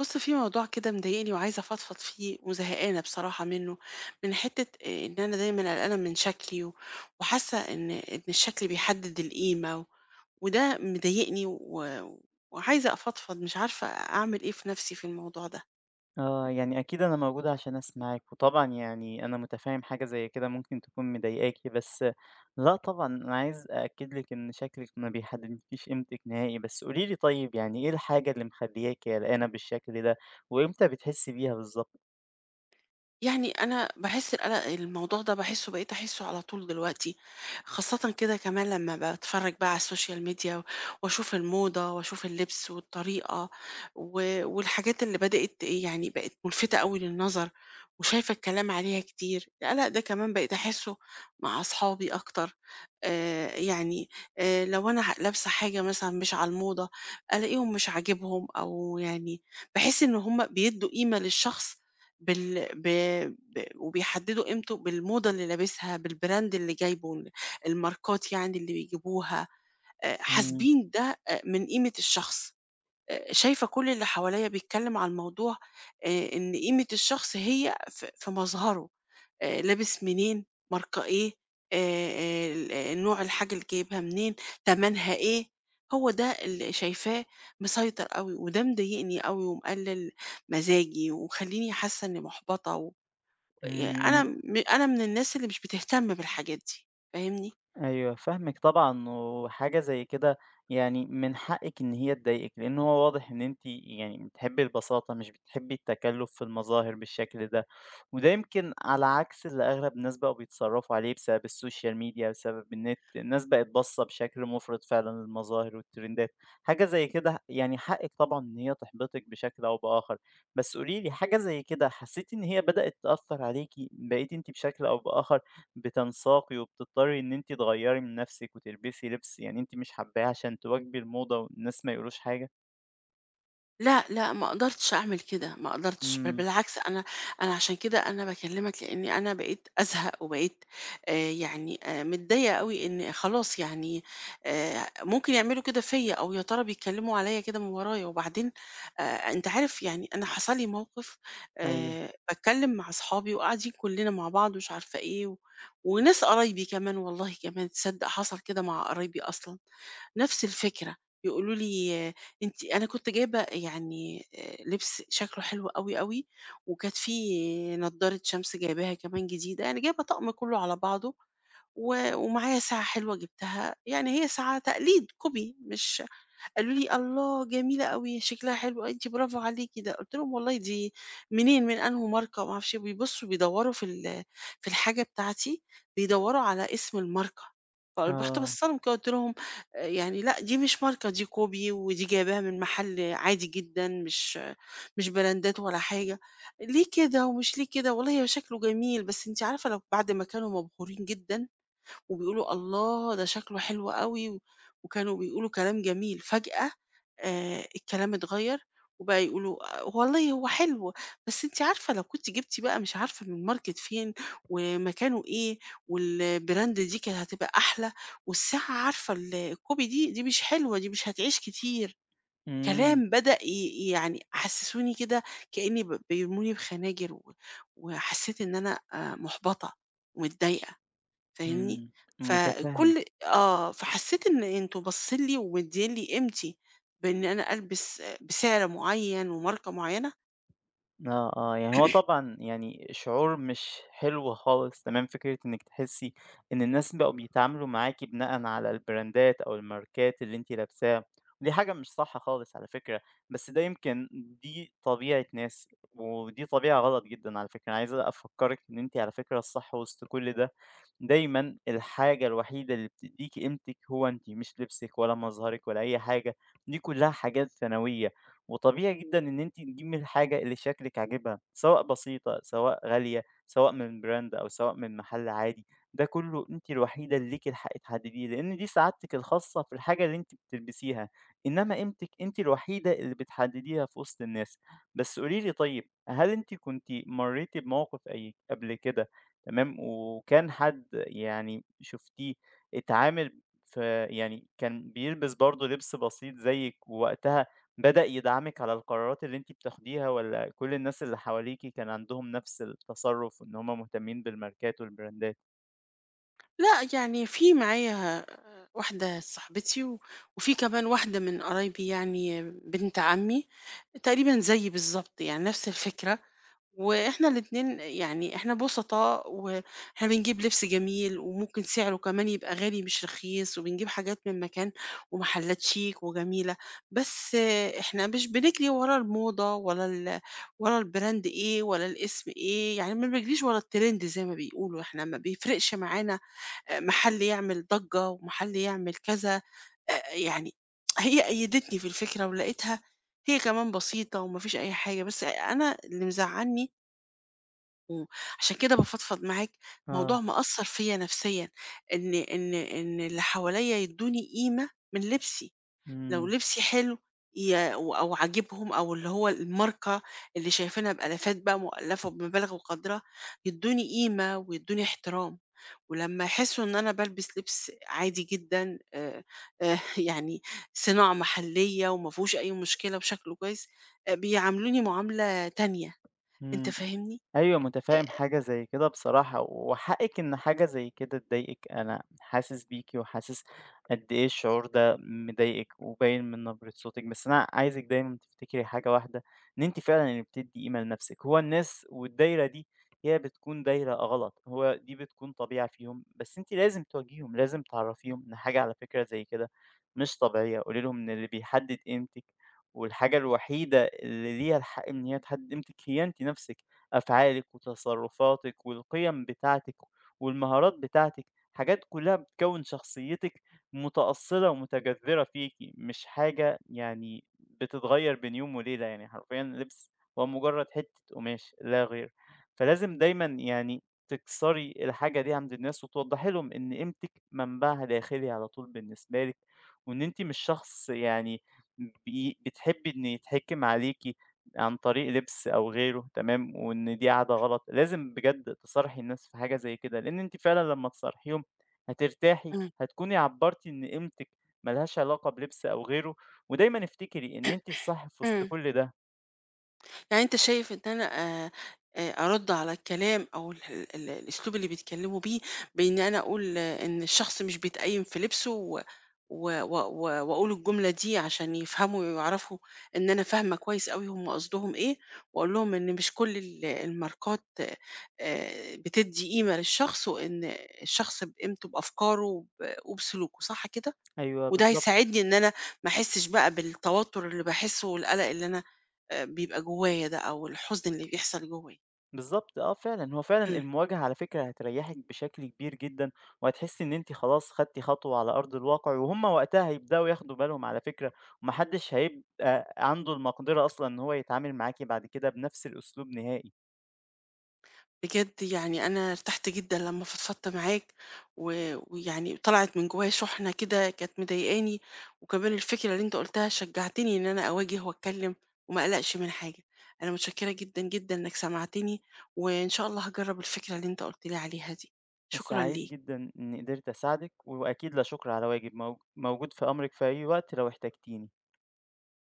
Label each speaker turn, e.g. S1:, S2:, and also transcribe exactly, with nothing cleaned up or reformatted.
S1: بُص، في موضوع كده مضايقني وعايزة أفضفض فيه وزهقانة بصراحة منه، من حتة آآ إن أنا دايمًا قلقانة من شكلي و وحاسة إن إن الشكل بيحدد القيمة و وده مضايقني و وعايزة أفضفض، مش عارفة أعمل إيه في نفسي في الموضوع ده.
S2: آه، يعني أكيد أنا موجود عشان أسمعِك، وطبعًا يعني أنا متفهم حاجة زي كده ممكن تكون مضايقاكِ، بس لأ طبعًا أنا عايز أأكد لِك إن شكلِك ما بيحددلكيش قيمتِك نهائي. بس قولي لي طيب، يعني إيه الحاجة اللي مخلياكِ قلقانة بالشكل ده، وإمتى بتحسي بيها بالضبط؟
S1: يعني أنا باحس القلق الموضوع ده باحسه بقيت أحسه على طول دلوقتي، خاصةً كده كمان لمّا باتفرج بقى على السوشيال ميديا واشوف الموضة واشوف اللبس والطريقة و والحاجات اللي بدأت إيه، يعني بقت ملفتة أوي للنظر وشايفة الكلام عليها كتير. القلق ده كمان بقيت أحسه مع أصحابي أكتر. آآ، يعني آآ، لو أنا ح لابسة حاجة مثلًا مش على الموضة ألاقيهم مش عاجبهم أو يعني باحس إن هُم بيدّوا قيمة للشخص بال ب ب وبيحددوا قيمته بالموضة اللي لابسها، بالbrand اللي جايبه، ال الماركات يعني اللي بيجيبوها، آآ
S2: إمم.
S1: حاسبين ده آآ من قيمة الشخص. آآ شايفة كل اللي حواليّا بيتكلم عن موضوع آآ إن قيمة الشخص هي ف في مظهره، آآ لابس منين، ماركة إيه، آآ ال آه، نوع الحاجة اللي جايبها منين، تمنها إيه، هو ده اللي شايفاه مسيطر أوي، وده مضايقني أوي ومقلل مزاجي ومخلّيني حاسة إني محبطة و يعني أنا
S2: إمم.
S1: م أنا من الناس اللي مش بتهتم بالحاجات دي، فاهمني؟
S2: أيوه فاهمِك طبعًا، وحاجة زي كده يعني من حقِّك إن هي تضايقِك، لأن هو واضح إن أنتِ يعني بتحبي البساطة، مش بتحبي التكلُّف في المظاهر بالشكل ده، وده يمكن على عكس اللي أغلب الناس بقوا بيتصرّفوا عليه بسبب السوشيال ميديا، بسبب النت، الناس بقت باصّة بشكل مُفرط فعلًا للمظاهر والترندات. حاجة زي كده يعني حقِّك طبعًا إن هي تحبطِك بشكل أو بآخر. بس قولي لي، حاجة زي كده حسّيتِ إن هي بدأت تأثّر عليكِ، بقيتِ أنتِ بشكل أو بآخر بتنساقي وبتضطري إن أنتِ تغيّري من نَفْسِك وتلبسي لبس يعني أنتِ مش حابّاه عشان تواكبي الموضة والناس ما يقولوش حاجة؟
S1: لأ، لأ، ما قدرتش أعمل كده، ما قدرتش، بل
S2: إمم،
S1: بالعكس أنا أنا عشان كده أنا باكلمك، لإني أنا بقيت أزهق وبقيت آآ يعني آآ متضايقة أوي إن خلاص يعني آآ ممكن يعملوا كده فيّا أو يا ترى بيتكلموا عليّا كده من ورايا، وبعدين آآ أنت عارف يعني أنا حصل لي موقف
S2: أيوه،
S1: آآ باتكلم مع أصحابي وقاعدين كلنا مع بعض ومش عارفة إيه و وناس قرايبي كمان، والله كمان تصدق حصل كده مع قرايبي أصلًا، نفس الفكرة، يقولوا لي أنتِ أنا كنت جايبة يعني آآ لبس شكله حلو أوي، أوي، وكانت في نضارة شمس جايباها كمان جديدة، يعني جايبة طقم كله على بعضه، و ومعايا ساعة حلوة جبتها، يعني هي ساعة تقليد، كوبي مش قالوا لي: "الله جميلة أوي، شكلها حلو، أنتِ برافو عليكِ." ده قُلت لهم: "والله دي منين، من أنهو ماركة." وما أعرفش إيه، بيبصوا بيدوّروا في ال في الحاجة بتاعتي، بيدوّروا على اسم الماركة، فرُحت
S2: آه،
S1: باصّة لهم كده قُلت لهم: "آآ يعني لأ، دي مش ماركة، دي كوبي ودي جايباها من محل عادي جدًا، مش مش براندات ولا حاجة." "ليه كده ومش ليه كده؟" "والله هو شكله جميل، بس أنتِ عارفة لو بعد ما كانوا مبهورين جدًا وبيقولوا الله ده شكله حلو أوي و وكانوا بيقولوا كلام جميل، فجأة آآ الكلام اتغيّر وبقى يقولوا آه، والله هو حلو، بس أنتِ عارفة لو كنتِ جبتِ بقى مش عارفة من ماركت فين ومكانه إيه والbrand دي كانت هتبقى أحلى والساعة عارفة ال الكوبي دي، دي مش حلوة، دي مش هتعيش كتير.
S2: إمم،
S1: كلام بدأ ي يعني حسسوني كده كإني ب بيرموني بخناجر و وحسيت إن أنا آآ محبطة ومتضايقة. فاهمني؟
S2: إمم، متفهِّم.
S1: فكل آه، فحسيت إن أنتم باصين لي ومدّيين لي قيمتي بإن أنا ألبس بسعر معيّن وماركة معيّنة.
S2: آه، آه، يعني هو طبعًا يعني شعور مش حلو خالص تمام، فكرة إنِّك تحسّي إن الناس بقوا بيتعاملوا معاكِ بناءً على البراندات أو الماركات اللي أنتِ لابساها، ودي حاجة مش صح خالص على فكرة، بس ده يمكن دي طبيعة ناس، ودي طبيعة غلط جدًا على فكرة. أنا عايز أفكّرِك إن أنتِ على فكرة الصح وسط كل ده، دايمًا الحاجة الوحيدة اللي بتدّيكِ قيمتِك هو أنتِ، مش لبسِك ولا مظهرِك ولا أي حاجة، دي كلّها حاجات ثانوية. وطبيعي جدًا إن أنتِ تجيبي الحاجة اللي شكلِك عاجبها، سواء بسيطة، سواء غالية، سواء من براند أو سواء من محل عادي، ده كله أنتِ الوحيدة اللي ليكِ الحق تحدديه، لأن دي سعادتِك الخاصة في الحاجة اللي أنتِ بتلبسيها، إنما قيمتِك أنتِ الوحيدة اللي بتحدديها في وسط الناس. بس قولي لي طيب، هل أنتِ كنتِ مريتِ بموقف أي قبل كده تمام، وكان حد يعني شُفتيه اتعامل ف يعني كان بيلبس برضه لبس بسيط زيِّك، ووقتها بدأ يدعمِك على القرارات اللي أنتِ بتاخديها، والّا كل الناس اللي حواليكِ كان عندهم نفس التصرُّف وإن هم مهتمين بالماركات والبراندات؟
S1: لأ يعني في معايا آه، واحدة صاحبتي و وفي كمان واحدة من قرايبي يعني بنت عمي، تقريبًا زيي بالضبط يعني نفس الفكرة، وإحنا الاتنين يعني إحنا بسطاء، وإحنا بنجيب لبس جميل، وممكن سعره كمان يبقى غالي مش رخيص، وبنجيب حاجات من مكان ومحلات شيك وجميلة، بس إحنا مش بنجري ورا الموضة ولا ال ورا البراند إيه ولا الاسم إيه، يعني ما بنجريش ورا الترند زي ما بيقولوا، إحنا ما بيفرقش معانا آآ، محل يعمل ضجة ومحل يعمل كذا، آآ، يعني هي أيدتني في الفكرة ولقيتها هي كمان بسيطة وما فيش أي حاجة، بس أنا اللي مزعلني. إمم، عشان كده بافضفض معاك، موضوع
S2: آه،
S1: مأثّر فيّا نفسيًا، إن إن إن اللي حواليّا يدّوني قيمة من لبسي، لو
S2: إمم،
S1: لبسي حلو ي أو عاجبهم أو اللي هو الماركة اللي شايفينها بآلافات بقى مؤلّفة بمبالغ وقدْرها، يدّوني قيمة ويدّوني احترام، ولمّا يحسّوا إن أنا بالبس لبس عادي جدًا آآ آآ يعني صِناعة محلية وما فيهوش أي مشكلة وشكله كويس، آآ بيعاملوني معاملة تانية. أنت
S2: إمم.
S1: فاهمني؟
S2: أيوه، متفهّم
S1: آآ
S2: حاجة زي كده بصراحة، وحقِّك إن حاجة زي كده تضايقِك، أنا حاسس بيكِ وحاسس قد إيه الشعور ده مضايقِك وباين من نبرة صوتِك، بس أنا عايزِك دايمًا تفتكري حاجة واحدة، إن أنتِ فعلًا اللي بتدّي قيمة لنفسِك، هو الناس والدايرة دي هي بتكون دايرة غلط، هو دي بتكون طبيعة فيهم، بس أنتِ لازم تواجهيهم، لازم تعرّفيهم إن حاجة على فكرة زي كده مش طبيعية، قولي لهم إن اللي بيحدد قيمتِك والحاجة الوحيدة اللي ليها الحق إن هي تحدد قيمتِك هي أنتِ نفسِك. أفعالِك وتصرفاتِك والقيم بتاعتِك والمهارات بتاعتِك، حاجات كلّها بتكوّن شخصيتِك متأصّلة ومتجذرة فيكِ، مش حاجة يعني بتتغيّر بين يوم وليلة، يعني حرفيًا اللبس هو مجرّد حتّة قماش لا غير، فلازم دايمًا يعني تكسري الحاجة دي عند الناس وتوضّحي لهم إن قيمتِك منبعها داخلي على طول بالنسبة لِك، وإن أنتِ مش شخص يعني بي بتحبّي إن يتحكِم عليكِ عن طريق لبس أو غيره تمام، وإن دي عادة غلط، لازم بجد تصارحي الناس في حاجة زي كده، لإن أنتِ فعلًا لمّا تصارحيهم هترتاحي،
S1: إمم.
S2: هتكوني عبّرتِ إن قيمتِك ما لهاش علاقة بلبس أو غيره، ودايمًا افتكري إن أنتِ الصح في وسط
S1: إمم.
S2: كل ده.
S1: يعني أنت شايف إن أنا آآ آآ أرُد على الكلام أو ال ال ال- الأسلوب اللي بيتكلّموا بيه بإن أنا أقول آه، إن الشخص مش بيتقيّم في لبسه و و و و وأقول الجملة دي عشان يفهموا ويعرفوا إن أنا فاهمة كويس أوي هم قصدهم إيه وأقول لهم إن مش كل ال الماركات آآ بتدّي قيمة للشخص، وإن الشخص بقيمته بأفكاره وب وبسلوكه، صح كده؟
S2: أيوه
S1: وده
S2: بالضبط.
S1: هيساعدني إن أنا ما أحسش بقى بالتوتر اللي باحسه والقلق اللي أنا آآ بيبقى جوايا ده أو الحزن اللي بيحصل جوايا.
S2: بالضبط آه فعلًا، هو فعلًا
S1: إمم.
S2: المواجهة على فكرة هتريّحِك بشكل كبير جدًا، وهتحسّي إن أنتِ خلاص خدتِ خطوة على أرض الواقع، وهُم وقتها هيبدأوا ياخدوا بالهم على فكرة، وما حدش هيبقى عنده المقدرة أصلًا إن هو يتعامل معاكِ بعد كده بنفس الأسلوب نهائي.
S1: بجد يعني أنا ارتحت جدًا لمّا فضفضت معاك و ويعني طلعت من جوايا شُحنة كده كانت مضايقاني، وكمان الفكرة اللي أنت قُلتها شجعتني إن أنا أواجه وأتكلم وما أقلقش من حاجة. أنا متشكرة جدًا، جدًا إنك سمعتني، وإن شاء الله هاجرّب الفكرة اللي أنت قُلت لي عليها دي. شكرًا
S2: سعيد
S1: ليك.
S2: جدًا إني قدرت أساعدِك، وأكيد لا شكر على واجب، موج موجود في أمرِك في أي وقت لو احتجتيني.